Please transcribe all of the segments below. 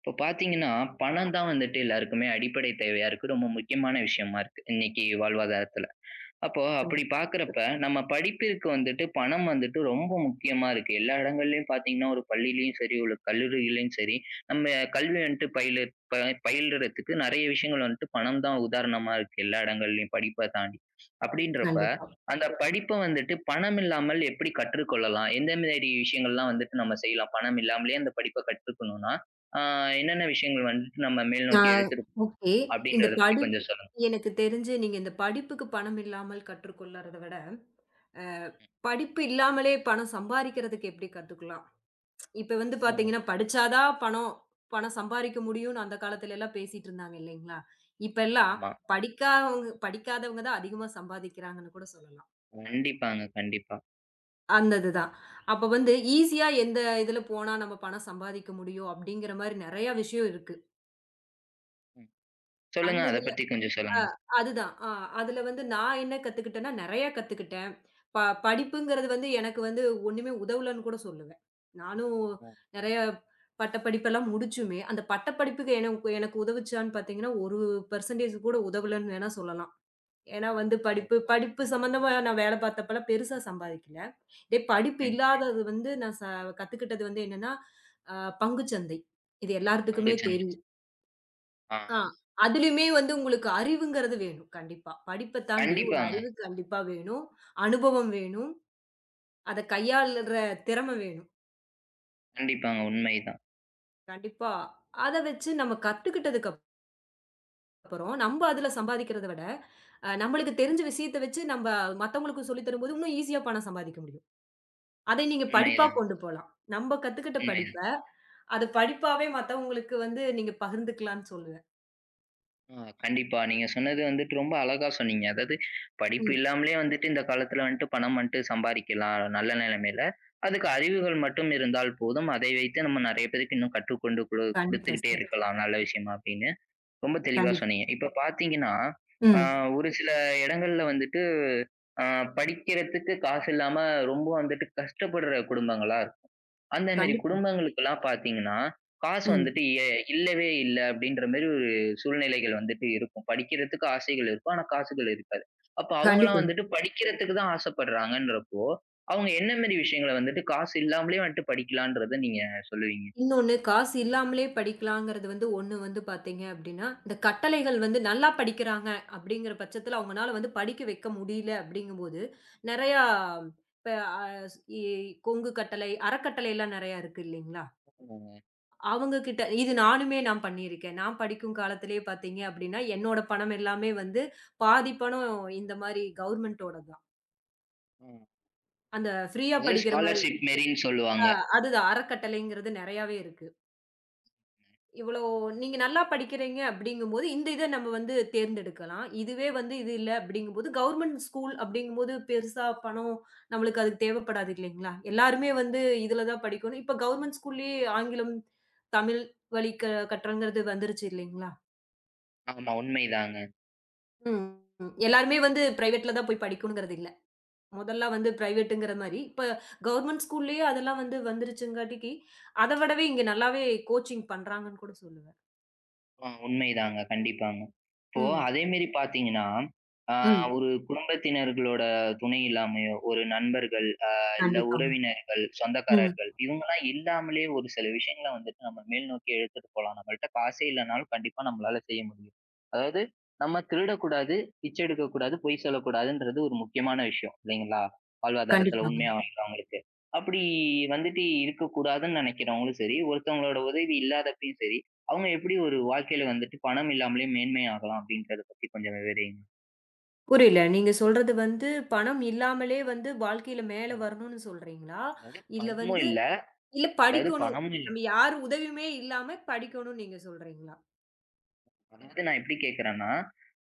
இப்போ பார்த்தீங்கன்னா, பணம் தான் வந்துட்டு எல்லாருக்குமே அடிப்படை தேவையா இருக்கு. ரொம்ப முக்கியமான விஷயமா இருக்கு. இன்னைக்கு வாழ்வாதாரத்துல. அப்போ ம். அப்படி பார்க்குறப்ப, நம்ம படிப்பிற்கு வந்துட்டு பணம் வந்துட்டு ரொம்ப முக்கியமா இருக்கு. எல்லா இடங்கள்லயும் பார்த்தீங்கன்னா, ஒரு பள்ளியிலயும் சரி, ஒரு கல்லூரியிலயும் சரி, நம்ம கல்வி வந்துட்டு பயில ப பயில்றதுக்கு நெறைய விஷயங்கள் வந்துட்டு பணம் தான் உதாரணமா இருக்கு. எல்லா இடங்கள்லயும் படிப்ப தாண்டி. அப்படின்றப்ப, கண்டிப்பா. அந்த படிப்ப வந்துட்டு பணம் இல்லாமல் எப்படி கற்றுக்கொள்ளலாம்? எந்த மாரி விஷயங்கள்லாம் வந்துட்டு நம்ம செய்யலாம்? பணம் இல்லாமலே அந்த படிப்ப கற்றுக்கணும்னா, ஆ என்னென்ன விஷயங்கள் வந்துட்டு நம்ம மேல் ஆ நோக்கி எடுத்துட்டு ஓகே. இந்த அப்படின்றத பத்தி படி கொஞ்சம் சொல்லுங்க? எனக்கு தெரிஞ்சு நீங்க இந்த படிப்புக்கு பணம் இல்லாமல் கற்றுக்கொள்ளறத விட, அ படிப்பு இல்லாமலே பணம் சம்பாரிக்கிறதுக்கு எப்படி கத்துக்கலாம்? இப்ப வந்து ம். பாத்தீங்கன்னா, படிச்சா தான் பணம் பணம் சம்பாரிக்க முடியும்னு அந்த காலத்துல எல்லாம் பேசிட்டு இருந்தாங்க இல்லைங்களா? இப்ப எல்லாம் ஆமா. படிக்காதவங்க படிக்காதவங்க தான் அதிகமா சம்பாதிக்கிறாங்கன்னு கூட சொல்லலாம். ம். கண்டிப்பாங்க. கண்டிப்பா. அந்த இதுதான். அப்ப வந்து ஈசியா எந்த இதுல போனா நம்ம பணம் சம்பாதிக்க முடியும் அப்படிங்கிற மாரி நெறைய விஷயம் இருக்கு. ம். சொல்லுங்க. அந்த அத இதுல பத்தி கொஞ்சம் சொல்லுங்க. அதுதான். அதுல வந்து நான் என்ன கத்துக்கிட்டேன்னா, நெறையா கத்துக்கிட்டேன். ப படிப்புங்கிறது வந்து எனக்கு வந்து ஒண்ணுமே உதவலன்னு கூட சொல்லுவேன். நானும் ஓ! நெறைய பட்டப்படிப்பெல்லாம் முடிச்சுமே, அந்த பட்டப்படிப்புக்கு எனக்கு எனக்கு உதவுச்சான்னு பார்த்தீங்கன்னா, 1% கூட உதவலன்னு வேணா சொல்லலாம். ஏன்னா வந்து ஓ! படிப்பு படிப்பு சம்மந்தமா நான் வேலை பார்த்தப்பலாம் பெருசா சம்பாதிக்கல. இதே படிப்பு ம். இல்லாதது வந்து நான் கத்துக்கிட்டது வந்து என்னன்னா, அ பங்குச்சந்தை. இது பங்கு எல்லாத்துக்குமே சந்தை. தெரியும். ஆ ஆ. அதிலயுமே வந்து உங்களுக்கு அறிவுங்கிறது வேணும் கண்டிப்பா. படிப்ப தாண்டி ஒரு கண்டிப்பாங்க, அறிவு கண்டிப்பா வேணும். அனுபவம் வேணும். அத கையாளுற திறமை வேணும். கண்டிப்பாங்க. உண்மைதான், கண்டிப்பா. அத வச்சு நம்ம கத்துக்கிட்டதுக்கு அப்புறம், நம்ப அதுல சம்பாதிக்கிறத விட, நம்மளுக்கு தெரிஞ்ச விஷயத்த வச்சு நம்ப மத்தவங்களுக்கு சொல்லி தரும்போது, இன்னும் ஈஸியா பணம் சம்பாதிக்க முடியும். அதை நீங்க படிப்பா உண்மைதான், கொண்டு போலாம். நம்ப கத்துக்கிட்ட படிப்ப, உண்மைதான். அத படிப்பாவே மத்தவங்களுக்கு வந்து நீங்க பகிர்ந்துக்கலாம்ன்னு சொல்லுவேன். ஆ கண்டிப்பா. நீங்க சொன்னது வந்துட்டு ரொம்ப அழகா சொன்னீங்க. அதாவது படிப்பு ம். இல்லாமலே வந்துட்டு இந்த காலத்துல வந்துட்டு பணம் வந்துட்டு சம்பாரிக்கலாம் நல்ல நிலைமையில. அதுக்கு அறிவுகள் மட்டும் இருந்தால் போதும். அதை வைத்து நம்ம நெறைய பேருக்கு இன்னும் கற்றுக்கொண்டு கண்டிப்பா குடுத்துக்கிட்டே சார். இருக்கலாம். நல்ல விஷயமா அப்படின்னு ரொம்ப தெளிவா கண்டிப்பா. சொன்னீங்க. இப்ப பார்த்தீங்கன்னா, ஆ ம். ஒரு சில இடங்கள்ல வந்துட்டு ஆ படிக்கிறதுக்கு காசு இல்லாம ரொம்ப வந்துட்டு கஷ்டப்படுற குடும்பங்களா இருக்கும். அந்த மேரி கண்டிப்பா. குடும்பங்களுக்கெல்லாம் பார்த்தீங்கன்னா, காசு ம். வந்துட்டு இல்லவே இல்ல அப்படின்ற மாரி ஒரு சூழ்நிலைகள் வந்துட்டு இருக்கும். படிக்கிறதுக்கு ஆசைகள் இருக்கும். ஆனா காசுகள் இருக்காது. அப்ப அவங்கலாம் கண்டிப்பா. வந்துட்டு படிக்கிறதுக்கு தான் ஆசைப்படுறாங்கன்றப்போ, அவங்க என்ன மாரி விஷயங்கள வந்துட்டு காசு இல்லாமலே வந்துட்டு படிக்கலான்றத நீங்க சொல்லுவீங்க? இன்னொன்னு காசு இல்லாமலே படிக்கலாங்கிறது வந்து ஒண்ணு வந்து பார்த்தீங்க அப்டின்னா, இந்த கட்டளைகள் வந்து நல்லா படிக்கிறாங்க அப்டிங்கிற பட்சத்துல அவங்கனால வந்து படிக்க வைக்க முடியல அப்டிங்கும்போது, நெறையா இப்ப அ இ கொங்கு கட்டளை, அறக்கட்டளைலாம் நெறையா இருக்கு இல்லைங்களா? அவங்க கிட்ட இது நானுமே நான் பண்ணியிருக்கேன். நான் படிக்கும் காலத்திலேயே பார்த்தீங்க அப்டின்னா, என்னோட பணம் எல்லாமே வந்து பாதி பணம் இந்த மாரி கவர்மெண்டோடது தான். ம். அந்த ஃப்ரீயா அதாவது படிக்கிற மாரி ஸ்காலர்ஷிப் மாரின்னு சொல்லுவாங்க. அதுதான் அறக்கட்டளைங்கிறது நெறையாவே இருக்கு. இவ்வளோ நீங்க நல்லா படிக்கிறீங்க அப்படிங்கும்போது, இந்த இத நம்ம வந்து தேர்ந்தெடுக்கலாம். இதுவே வந்து இது இல்ல அப்படிங்கும்போது, கவர்மெண்ட் ஸ்கூல் அப்படிங்கும்போது பெருசா பணம் நம்மளுக்கு அதுக்கு தேவைப்படாது இல்லைங்களா? எல்லாருமே வந்து இதுல தான் படிக்கணும். இப்ப கவர்மெண்ட் ஸ்கூல்லயே ஆங்கிலம், தமிழ் வழி கற்றல்ங்கிறது வந்துருச்சு இல்லைங்களா? ஆமா உண்மைதாங்க. ம். ம். எல்லாருமே வந்து பிரைவேட்ல தான் போய் படிக்கணுங்கிறது இல்ல. முதல்ல வந்து பிரைவேட்டுங்கிற மாரி, இப்ப கவர்மெண்ட் ஸ்கூல்லயே அதெல்லாம் வந்து வந்துருச்சுங்காட்டிக்கு, அத விடவே இங்க நல்லாவே கோச்சிங் பண்றாங்கன்னு கூட சொல்லுவேன். உண்மைதாங்க. கண்டிப்பாங்க. இப்போ ம். அதே மேரி பார்த்தீங்கன்னா, ஆ ம். ஒரு குடும்பத்தினர்களோட துணை இல்லாமயோ, ஒரு நண்பர்கள், இல்ல கண்டிப்பாங்க. உறவினர்கள், ம். சொந்தக்காரர்கள் இவங்கலாம் இல்லாமலே ஒரு சில விஷயங்கள வந்துட்டு நம்ம மேல் நோக்கி எடுத்துட்டு போலாம். நம்மள்ட்ட காசே இல்லனாலும் கண்டிப்பா நம்மளால செய்ய முடியும். அதாவது நம்ம திருடக்கூடாது, பிச்சை எடுக்கக்கூடாது, பொய் சொல்லக்கூடாதுன்றது ஒரு முக்கியமான விஷயம் இல்லைங்களா? வாழ்வாதாரத்துல கண்டிப்பாங்க. உண்மையா வாழ்றவங்களுக்கு. அப்படி வந்துட்டு இருக்கக்கூடாதுன்னு நெனைக்கிறவங்களும் சரி, ஒருத்தவங்களோட உதவி இல்லாதப்பயும் சரி, அவங்க எப்படி ஒரு வாழ்க்கையில வந்துட்டு பணம் இல்லாமலே மேன்மையாகலாம் அப்படின்றத பத்தி கொஞ்சம் விவரிங்க. புரியல. நீங்க சொல்றது வந்து பணம் இல்லாமலே வந்து வாழ்க்கையில அ மேல வரணும்னு சொல்றீங்களா? அதாவது இல்ல பணமும் வந்து இல்ல. இல்ல அதாவது படிக்கணும். பணமும் நம்ம யார் உதவியுமே இல்லாம படிக்கணும்னு நீங்க சொல்றீங்களா? அதாவது நான் எப்படி கேட்கிறேன்னா,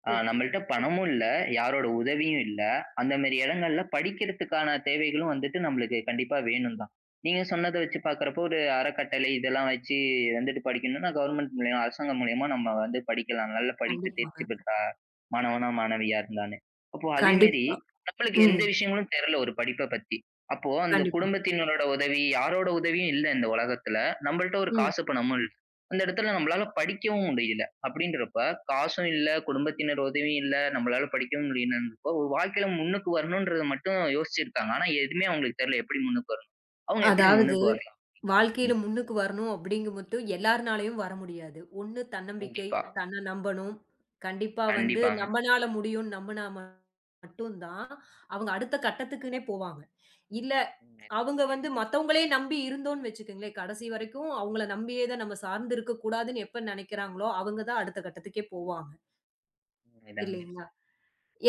ஓகே. நம்மள்ட்ட பணமும் இல்ல, யாரோட உதவியும் இல்ல. அந்த மாரி இடங்கள்ல படிக்கிறதுக்கான தேவைகளும் வந்துட்டு நம்மளுக்கு கண்டிப்பா வேணும் தான். நீங்க சொன்னத வச்சு பார்க்கிறப்போ, ஒரு அறக்கட்டளை இதெல்லாம் வச்சு வந்துட்டு படிக்கணும்னா, கவர்ன்மெண்ட் மூலியமா, அரசாங்கம் மூலியமா நம்ம வந்து படிக்கலாம். நல்ல படிப்பு தேர்ச்சி கண்டிப்பாங்க. பெற்றா மாணவனா, மாணவியா இருந்தான்னு. அப்போ அதே மாரி கண்டிப்பா. நம்மளுக்கு ம். எந்த விஷயங்களும் தெரியல ஒரு படிப்ப பத்தி. அப்போ அந்த கண்டிப்பா. குடும்பத்தினரோட உதவி, யாரோட உதவியும் இல்ல இந்த உலகத்துல. நம்மள்ட்ட ஒரு ம். காசு, பணமும் இல்ல. அந்த இடத்துல நம்மளால படிக்கவும் முடியல. அப்படின்றப்ப, காசும் இல்ல, குடும்பத்தினர் உதவியும் இல்ல, நம்மளால படிக்கவும் முடியலன்றப்போ, ஒரு வாழ்க்கையில முன்னுக்கு வரணும்ன்றத மட்டும் யோசிச்சிருக்காங்க. ஆனா எதுவுமே அவங்களுக்கு தெரியல எப்படி முன்னுக்கு வரணும்? அவங்க எப்படி அதாவது முன்னுக்கு வரலாம்? வாழ்க்கையில ம். முன்னுக்கு வரணும் அப்படிங்கும் மட்டும் எல்லார்னாலயும் வர முடியாது. ஒண்ணு தன்னம்பிக்கை, கண்டிப்பா. தன்ன நம்பணும். கண்டிப்பா வந்து கண்டிப்பாங்க. நம்மனால முடியும்னு நம்புனா மட்டும் தான் அவங்க அடுத்த கட்டத்துக்குன்னே போவாங்க. இல்ல, உண்மைதான், அவங்க வந்து மத்தவங்களே நம்பி இருந்தோம்ன்னு வச்சுக்கங்களேன், கடைசி வரைக்கும் அவங்கள நம்பியே தான் நம்ம சார்ந்து இருக்கக்கூடாதுன்னு எப்ப நெனைக்கிறாங்களோ, அவங்க தான் அடுத்த கட்டத்துக்கே போவாங்க. உண்மைதாங்க. இல்லைங்களா?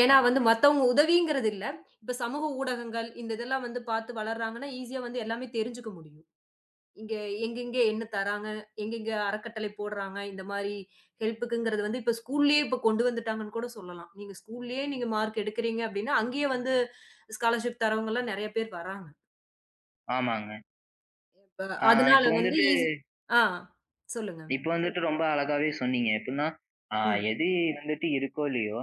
ஏன்னா ஆ. வந்து மத்தவங்க உதவிங்கிறது இல்ல. இப்ப சமூக ஊடகங்கள் இந்த இதெல்லாம் வந்து பார்த்து வளர்றாங்கன்னா, ஈஸியா வந்து எல்லாமே தெரிஞ்சுக்க முடியும். இங்க எங்கெங்க என்ன தராங்க, எங்கெங்க அறக்கட்டளை போடுறாங்க, இந்த மாரி ஹெல்ப்புக்குங்கிறது வந்து இப்ப ஸ்கூல்லயே இப்ப கொண்டு வந்துட்டாங்கன்னு கூட சொல்லலாம். நீங்க ஸ்கூல்லயே நீங்க மார்க் எடுக்கிறீங்க அப்படின்னா, அங்கேயே வந்து ஸ்காலர்ஷிப் தரவங்கலாம் நெறைய பேர் வராங்க. ஆமாங்க. இப்ப ஆ அதனால இப்போ வந்து வந்துட்டு ஈஸி ஆ சொல்லுங்க. இப்போ வந்துட்டு ரொம்ப அழகாவே சொன்னீங்க. எப்படின்னா, ஆ ம், எது வந்துட்டு இருக்கோ இல்லையோ,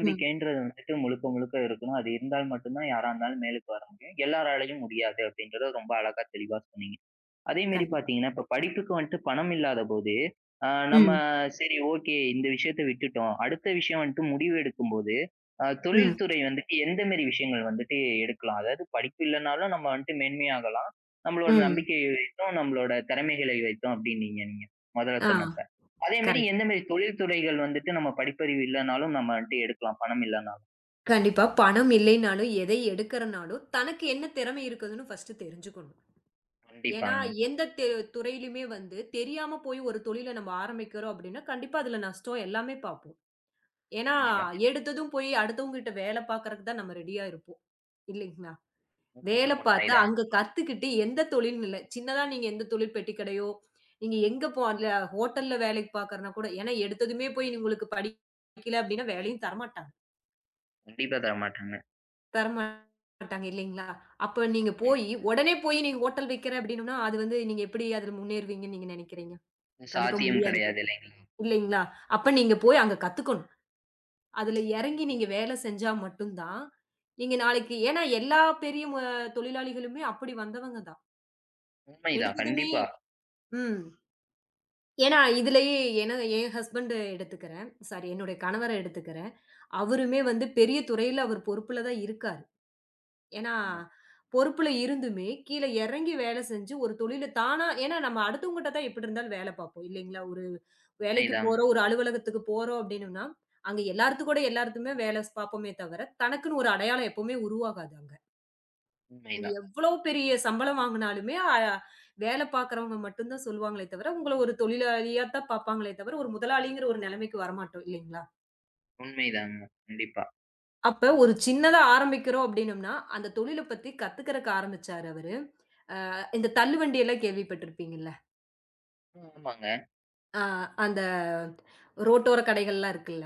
ம். வந்துட்டு முழுக்க முழுக்க இருக்கணும். அது இருந்தால் மட்டும் தான் யாரா இருந்தாலும் மேலுக்கு வர முடியும். எல்லாராலயும் முடியாது அப்படின்றத ரொம்ப அழகா தெளிவா சொன்னீங்க. அதே மாரி கண்டிப்பா. பார்த்தீங்கன்னா, இப்ப படிப்புக்கு வந்துட்டு பணம் இல்லாத போது, அ நம்ம ம், சரி ஓகே இந்த விஷயத்த விட்டுட்டோம். அடுத்த விஷயம் வந்துட்டு முடிவு எடுக்கும்போது, ம், தொழில்துறை வந்துட்டு எந்த மாரி விஷயங்கள் வந்துட்டு எடுக்கலாம்? அதாவது படிப்பு இல்லனாலும் நம்ம வந்துட்டு மேன்மையாகலாம். நம்மளோட ம். நம்பிக்கையை வைத்தும், நம்மளோட திறமைகளை வைத்தும் அப்டின்னீங்க நீங்க. முதல்ல ஆ சொன்னப்ப. அதே மாரி கரெக்ட். எந்த மாரி தொழில் துறைகள் வந்துட்டு நம்ம படிப்பறிவு இல்லனாலும் நம்ம வந்துட்டு எடுக்கலாம் பணம் இல்லனாலும்? கண்டிப்பா. பணம் இல்லைனாலும், எதை எடுக்கறனாலும், தனக்கு என்ன திறமை இருக்குதுன்னு ஃபர்ஸ்ட்டு தெரிஞ்சுக்கணும். ஏன்னா, கண்டிப்பாங்க. எந்த துறையிலுமே வந்து தெரியாம போய் ஒரு தொழில நம்ம ஆரம்பிக்கிறோம் அப்டின்னா, கண்டிப்பா அதுல நஷ்டம் எல்லாமே பார்ப்போம். ஏன்னா, உண்மைதான். எடுத்ததும் போய் அடுத்தவங்ககிட்ட வேல பார்க்கறக்கு தான் நம்ம ரெடியா இருப்போம். இல்லைங்களா? வேல முற்றிலும் பார்த்து உண்மைதாங்க. அங்க கத்துக்கிட்டு எந்த தொழில்னு இல்ல. சின்னதா நீங்க எந்த தொழில் பெட்டிக்கடையோ, நீங்க எங்க போ அதுல ஹோட்டல்ல வேலைக்கு பார்க்கறனா கூட ஏன்னா எடுத்ததுமே போய் உங்களுக்கு படிக்கல அப்டின்னா வேலையும் தரமாட்டாங்க. கண்டிப்பா தரமாட்டாங்க. தரமாட்டாங்க இல்லைங்களா? அப்ப நீங்க ஆமாங்க. போயி உடனே போய் நீங்க ஹோட்டல் வைக்கிறேன் அப்டின்னம்னா, அது வந்து நீங்க எப்டி அதுல முன்னேறுவீங்கன்னு நீங்க நெனைக்கிறீங்க? கண்டிப்பா சாத்தியம் முடியாதுங்க. கிடையாது இல்லைங்களா? இல்லைங்களா? அப்ப நீங்க போய் அங்க கத்துக்கணும். அதுல இறங்கி ம். நீங்க வேலை செஞ்சா மட்டும் தான், நீங்க நாளைக்கு ஏன்னா எல்லா பெரிய தொழிலாளிகளுமே அப்படி வந்தவங்க தான். உண்மைதான். எடுத்ததுமே கண்டிப்பா. ம். ஏன்னா இதுலயே ஏன்னா என் ஹஸ்பண்ட் எடுத்துக்கிறேன். சாரி என்னுடைய கணவர எடுத்துக்கிறேன். அவருமே வந்து பெரிய துறையில அவர் பொறுப்புல தான் இருக்காரு. ஏன்னா, ஆமா. பொறுப்புல இருந்துமே, கீழ இறங்கி வேலை செஞ்சு ஒரு தொழில தானா ஏன்னா நம்ம அடுத்தவங்கட்ட தான் எப்படி இருந்தாலும் வேலை பார்ப்போம் இல்லைங்களா? ஒரு வேலைக்கு உண்மைதாங்க, போறோம், ஒரு அலுவலகத்துக்கு போறோம் அப்படின்னம்னா, அங்க எல்லார்த்து கூட எல்லார்த்துமே வேலை பார்ப்போமே தவிர, தனக்குன்னு ஒரு அடையாளம் எப்பவுமே உருவாகாது அங்க. நீங்க உண்மைதான், எவ்வளோ பெரிய சம்பளம் வாங்குனாலுமே, வேலை பார்க்குறவங்க மட்டும் தான் சொல்லுவாங்களே தவிர, உங்கள ஒரு தொழிலாளியா தான் பார்ப்பாங்களே தவிர, ஒரு முதலாளிங்கிற ஒரு நிலைமைக்கு வரமாட்டோம் இல்லைங்களா? உண்மைதாங்க. கண்டிப்பா. அப்ப ஒரு சின்னதா ஆரம்பிக்கிறோம் அப்படின்னம்னா, அந்த தொழில பத்தி கத்துக்கிறக்கு ஆரம்பிச்சாரு அவரு. இந்த தள்ளுவண்டி எல்லாம் கேள்விப்பட்டிருப்பீங்கல்ல. ஆமாங்க. ஆ அந்த ரோட்டோர கடைகள்லாம் இருக்குல்ல.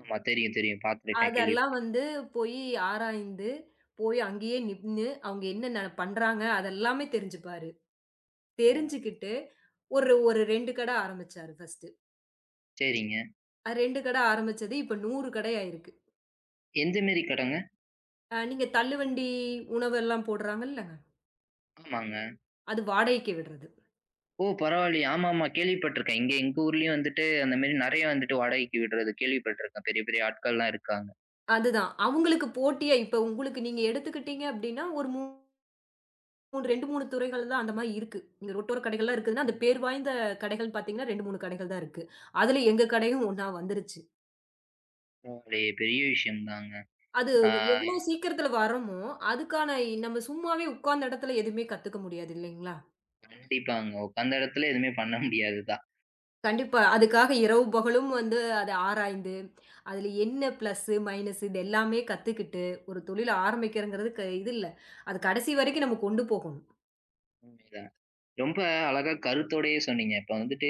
ஆமா. தெரியும், தெரியும். பார்த்துருக்கேன், அதெல்லாம் வந்து போயி ஆராய்ந்து, போய் அங்கேயே நின்னு, அவங்க என்னென்ன பண்றாங்க, அதெல்லாமே தெரிஞ்சுப்பாரு. கேள்விப்பட்டுருக்கேன். தெரிஞ்சுக்கிட்டு ஒரு ஒரு 2 கடை ஆரம்பிச்சாரு ஃபர்ஸ்ட்டு. சரிங்க. 2 கடை ஆரம்பிச்சது இப்ப 100 கடை ஆயிருக்கு. எந்த மேரி கடங்க? நீங்க தள்ளுவண்டி உணவெல்லாம் போடுறாங்கல்லங்க, ஆமாங்க. அது வாடகைக்கு விடுறது. ஓ! பரவாயில்லையே. ஆமாமா. கேள்விப்பட்டுருக்கேன். இங்க எங்க ஊர்லயும் வந்துட்டு அந்த மேரி நெறைய வந்துட்டு வாடகைக்கு விடுறது கேள்விப்பட்டுருக்கேன். பெரிய பெரிய ஆட்கள்லாம் இருக்காங்க. அதுதான். அவங்களுக்கு போட்டியா இப்ப உங்களுக்கு நீங்க எடுத்துக்கிட்டீங்க அப்டின்னா ஒரு 2, 3 துறைகள் தான் அந்த மாரி இருக்கு. இங்க ரோட்டோர கடைகள்லாம் இருக்குதுன்னா, அந்த ம். பேர் வாய்ந்த கடைகள் பார்த்தீங்கன்னா, 2, 3 கடைகள் தான் இருக்கு. அதுல எங்க கடையும் ஒண்ணா வந்துருச்சு. பரவாயில்லையே! பெரிய விஷயம் தாங்க. அது ஆ எவ்வளோ சீக்கிரத்துல வரோமோ, அதுக்கான நம்ம சும்மாவே உட்கார்ந்த இடத்துல எதுவுமே கத்துக்க முடியாது இல்லைங்களா? கண்டிப்பாங்க. உட்காந்த இடத்துல எதுவுமே பண்ண முடியாது தான். கண்டிப்பா. அதுக்காக இரவு பகலும் வந்து அத ஆராய்ந்து, அதுல என்ன பிளஸ்ஸு, மைனஸு இது எல்லாமே கத்துக்கிட்டு, ஒரு தொழில ஆரம்பிக்கிறங்கிறது இது இல்ல. அது கடைசி வரைக்கும் நம்ம கொண்டு போகணும். உண்மைதான். ரொம்ப அழகா கருத்தோடயே சொன்னீங்க. இப்ப வந்துட்டு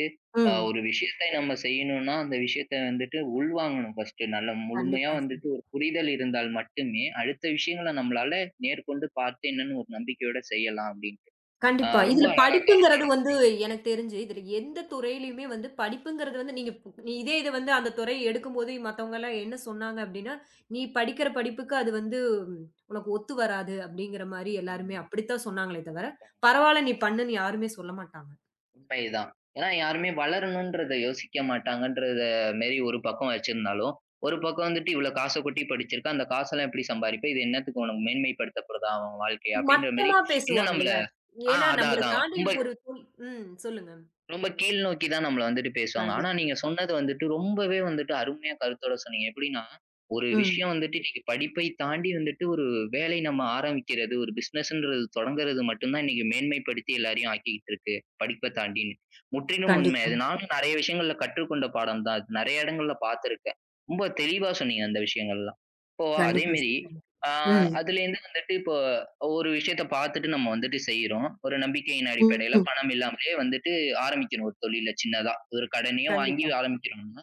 ம். ஒரு விஷயத்தை நம்ம செய்யணும்னா, அந்த விஷயத்த வந்துட்டு உள்வாங்கணும் ஃபர்ஸ்ட்டு. நல்ல முழுமையா கண்டிப்பா. வந்துட்டு ஒரு புரிதல் இருந்தால் மட்டுமே, அடுத்த விஷயங்கள நம்மளால நேர்கொண்டு பார்த்து என்னன்னு ஒரு நம்பிக்கையோட செய்யலாம் அப்டின்ட்டு. கண்டிப்பா. ரொம்ப இதுல அழகா படிப்புங்கிறது கருத்தோட வந்து சொன்னீங்க. எனக்கு தெரிஞ்சு, இதுல எந்த துறையிலயுமே வந்து படிப்புங்கிறது வந்து நீங்க பு நீ இதே இது வந்து அந்த துறை எடுக்கும்போது மத்தவங்கலாம் என்ன சொன்னாங்க அப்டின்னா, "நீ படிக்கிற படிப்புக்கு அது வந்து ம், உனக்கு ஒத்து வராது." அப்டிங்கிற மாரி எல்லாருமே ம். அப்படித்தான் சொன்னாங்களே தவிர, கண்டிப்பாங்க. "பரவால்ல நீ பண்ணுன்னு" யாருமே சொல்ல மாட்டாங்க. உண்மைதான். ஏன்னா யாருமே வளரணுன்றத யோசிக்க மாட்டாங்கன்றத மாரி ஒரு பக்கம் வச்சிருந்தாலும், ஒரு பக்கம் வந்துட்டு இவ்ளோ காச கொட்டி படிச்சிருக்கா, அந்த காசெல்லாம் எப்டி சம்பாரிப்ப? இது என்னத்துக்கு உனக்கு மேன்மைப்படுத்தப்படுதா உன் வாழ்க்கை? அப்டின்ற மாரி, மட்டமா இன்னும் நம்மள பேசுவாங்கல்ல. ஆ. ஏன்னா அதான், நம்மள அதான். தாண்டி ரொம்ப ஒரு ம். சொல்லுங்க. ரொம்ப கீழ் நோக்கி தான் நம்மள வந்துட்டு பேசுவாங்க. ஆனா கண்டிப்பா. நீங்க சொன்னது வந்துட்டு ரொம்பவே வந்துட்டு அருமையா கருத்தோட சொன்னீங்க. எப்படின்னா, ஒரு ம். விஷயம் வந்துட்டு இன்னைக்கு படிப்பை தாண்டி வந்துட்டு ஒரு வேலை நம்ம ஆரம்பிக்கிறது, ஒரு பிசினஸ்ன்றது தொடங்குறது மட்டும் தான் இன்னைக்கு மேன்மைப்படுத்தி எல்லாரையும் ஆக்கிக்கிட்டு இருக்கு. படிப்ப தாண்டின்னு. முற்றிலும் உண்மை. கண்டிப்பா. அது நானும் நெறைய விஷயங்கள்ல கற்றுக்கொண்ட பாடம் தான். அது நெறைய இடங்கள்ல பார்த்துருக்கேன். ரொம்ப தெளிவா சொன்னீங்க அந்த விஷயங்கள்லாம். இப்போ கண்டிப்பா. அதேமாரி ம். ஆ ம். அதுலேருந்து வந்துட்டு இப்போ ஒரு விஷயத்த பார்த்துட்டு நம்ம வந்துட்டு செய்றோம். ஒரு நம்பிக்கையின் அடிப்படையில ம். பணம் இல்லாமலே வந்துட்டு ஆரம்பிக்கணும் ஒரு தொழில சின்னதா. ஒரு கடனையோ வாங்கி கண்டிப்பா. ஆரம்பிக்கிறோம்னா,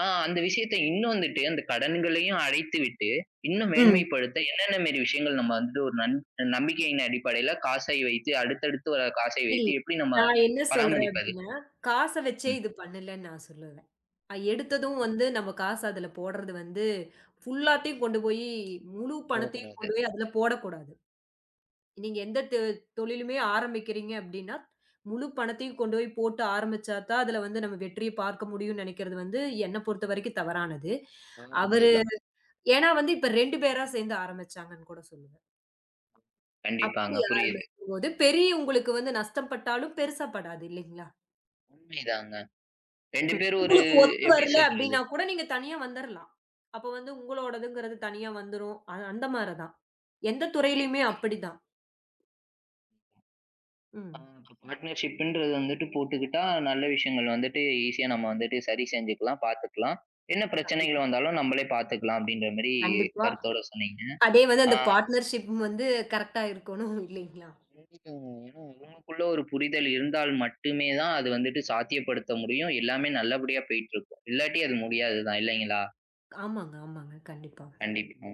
அந்த விஷயத்த இன்னும் வந்துட்டு அந்த கடன்களையும் அடைத்து விட்டு, இன்னும் ம். மேன்மைப்படுத்த என்னென்ன மேரி விஷயங்கள் நம்ம வந்துட்டு ஒரு நன் நம்பிக்கையின் அடிப்படையில காசை வைத்து அடுத்தடுத்து வர காசை இல்ல. வைத்து எப்படி நம்ம நான் என்ன சொல்றேன் பராமரிப்பது? அப்டின்னா, காச வச்சே ம். இது பண்ணலன்னு நான் சொல்லுவேன். எடுத்ததும் வந்து நம்ம காசு அதுல போடுறது வந்து ஃபுல்லாத்தையும் கொண்டு போயி, முழு பணத்தையும் போகக்கூடாது. கொண்டு போய் அதுல போடக்கூடாது. நீங்க எந்த தொழிலுமே ஆரம்பிக்கிறீங்க அப்டின்னா, முழு பணத்தையும் கொண்டு போய் போட்டு ஆரம்பிச்சா தான், அதுல வந்து நம்ம வெற்றிய பார்க்க முடியும்னு நெனைக்கிறது வந்து என்ன பொறுத்தவரைக்கும் தவறானது. ஆறாவது அவரு இதுதான். ஏன்னா வந்து இப்ப 2 பேரா சேர்ந்து ஆரம்பிச்சாங்கன்னு கூட சொல்லுவேன். அப்படி கண்டிப்பாங்க. புரியுது. ஆரம்பிக்கும்போது பெரிய உங்களுக்கு வந்து நஷ்டம் பட்டாலும் பெருசா படாது இல்லைங்களா? உண்மைதாங்க. 2 ம். பேரும் ஒரு உங்களுக்கு ஒத்து எப்படி வரல சொல்றது? அப்டின்னா கூட நீங்க தனியா வந்துரலாம். அப்ப வந்து உங்களோடதுங்கிறது தனியா வந்துரும். அந்த மாரி தான். எந்த கண்டிப்பா. துறையிலயுமே அப்படிதான். ம். இப்ப பார்ட்னர்ஷிப்ன்றது வந்துட்டு போட்டுக்கிட்டா, நல்ல விஷயங்கள் வந்துட்டு ஈஸியா நம்ம வந்துட்டு சரி செஞ்சுக்கலாம், பார்த்துக்கலாம். என்ன கண்டிப்பா, பிரச்சனைகள் வந்தாலும் நம்மளே பார்த்துக்கலாம் அப்படின்ற மாரி கண்டிப்பா. கருத்தோட சொன்னீங்க. அதே வந்து ஆ அந்த பார்ட்னர்ஷிப் வந்து கரெக்ட்டா இருக்கணும் இல்லைங்களா? ஏன்னா அவங்களுக்குள்ள ஒரு புரிதல் இருந்தால் மட்டுமே தான் அது வந்துட்டு சாத்தியப்படுத்த முடியும். எல்லாமே நல்லபடியா போயிட்டுருக்கும். இல்லாட்டி அது முடியாது தான் இல்லைங்களா? ஆமாங்க, ஆமாங்க. கண்டிப்பா. கண்டிப்பா.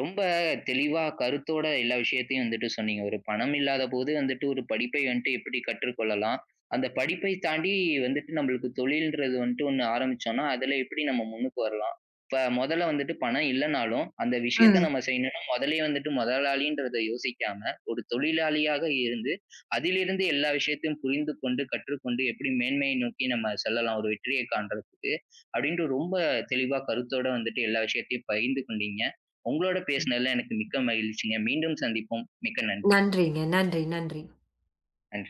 ரொம்ப தெளிவா கருத்தோட எல்லா விஷயத்தையும் வந்துட்டு சொன்னீங்க. ஒரு பணம் இல்லாதபோது வந்துட்டு ஒரு படிப்பை வந்துட்டு எப்படி கற்றுக்கொள்ளலாம்? அந்த படிப்பை தாண்டி வந்துட்டு நம்மளுக்கு தொழில்ன்றது வந்துட்டு ஒண்ணு ஆரம்பிச்சோம்னா, அதுல எப்படி நம்ம முன்னுக்கு வரலாம்? இப்ப மொதல்ல வந்துட்டு பணம் இல்லனாலும், அந்த விஷயத்த ம். நம்ம செய்யணும்னா மொதல்லயே வந்துட்டு முதலாளின்றத யோசிக்காம, ஒரு தொழிலாளியாக இருந்து, அதிலிருந்து எல்லா விஷயத்தையும் புரிந்து கொண்டு, கற்றுக்கொண்டு எப்படி மேன்மையை நோக்கி நம்ம செல்லலாம் ஒரு வெற்றியை காண்றதுக்கு. அப்படின்ட்டு ரொம்ப தெளிவா கருத்தோட வந்துட்டு எல்லா விஷயத்தையும் பகிர்ந்து கொண்டீங்க. உங்களோட ம். பேசினதுல எனக்கு மிக்க மகிழ்ச்சிங்க. மீண்டும் சந்திப்போம். மிக்க நன்றி. நன்றிங்க. நன்றி, நன்றி. நன்றி.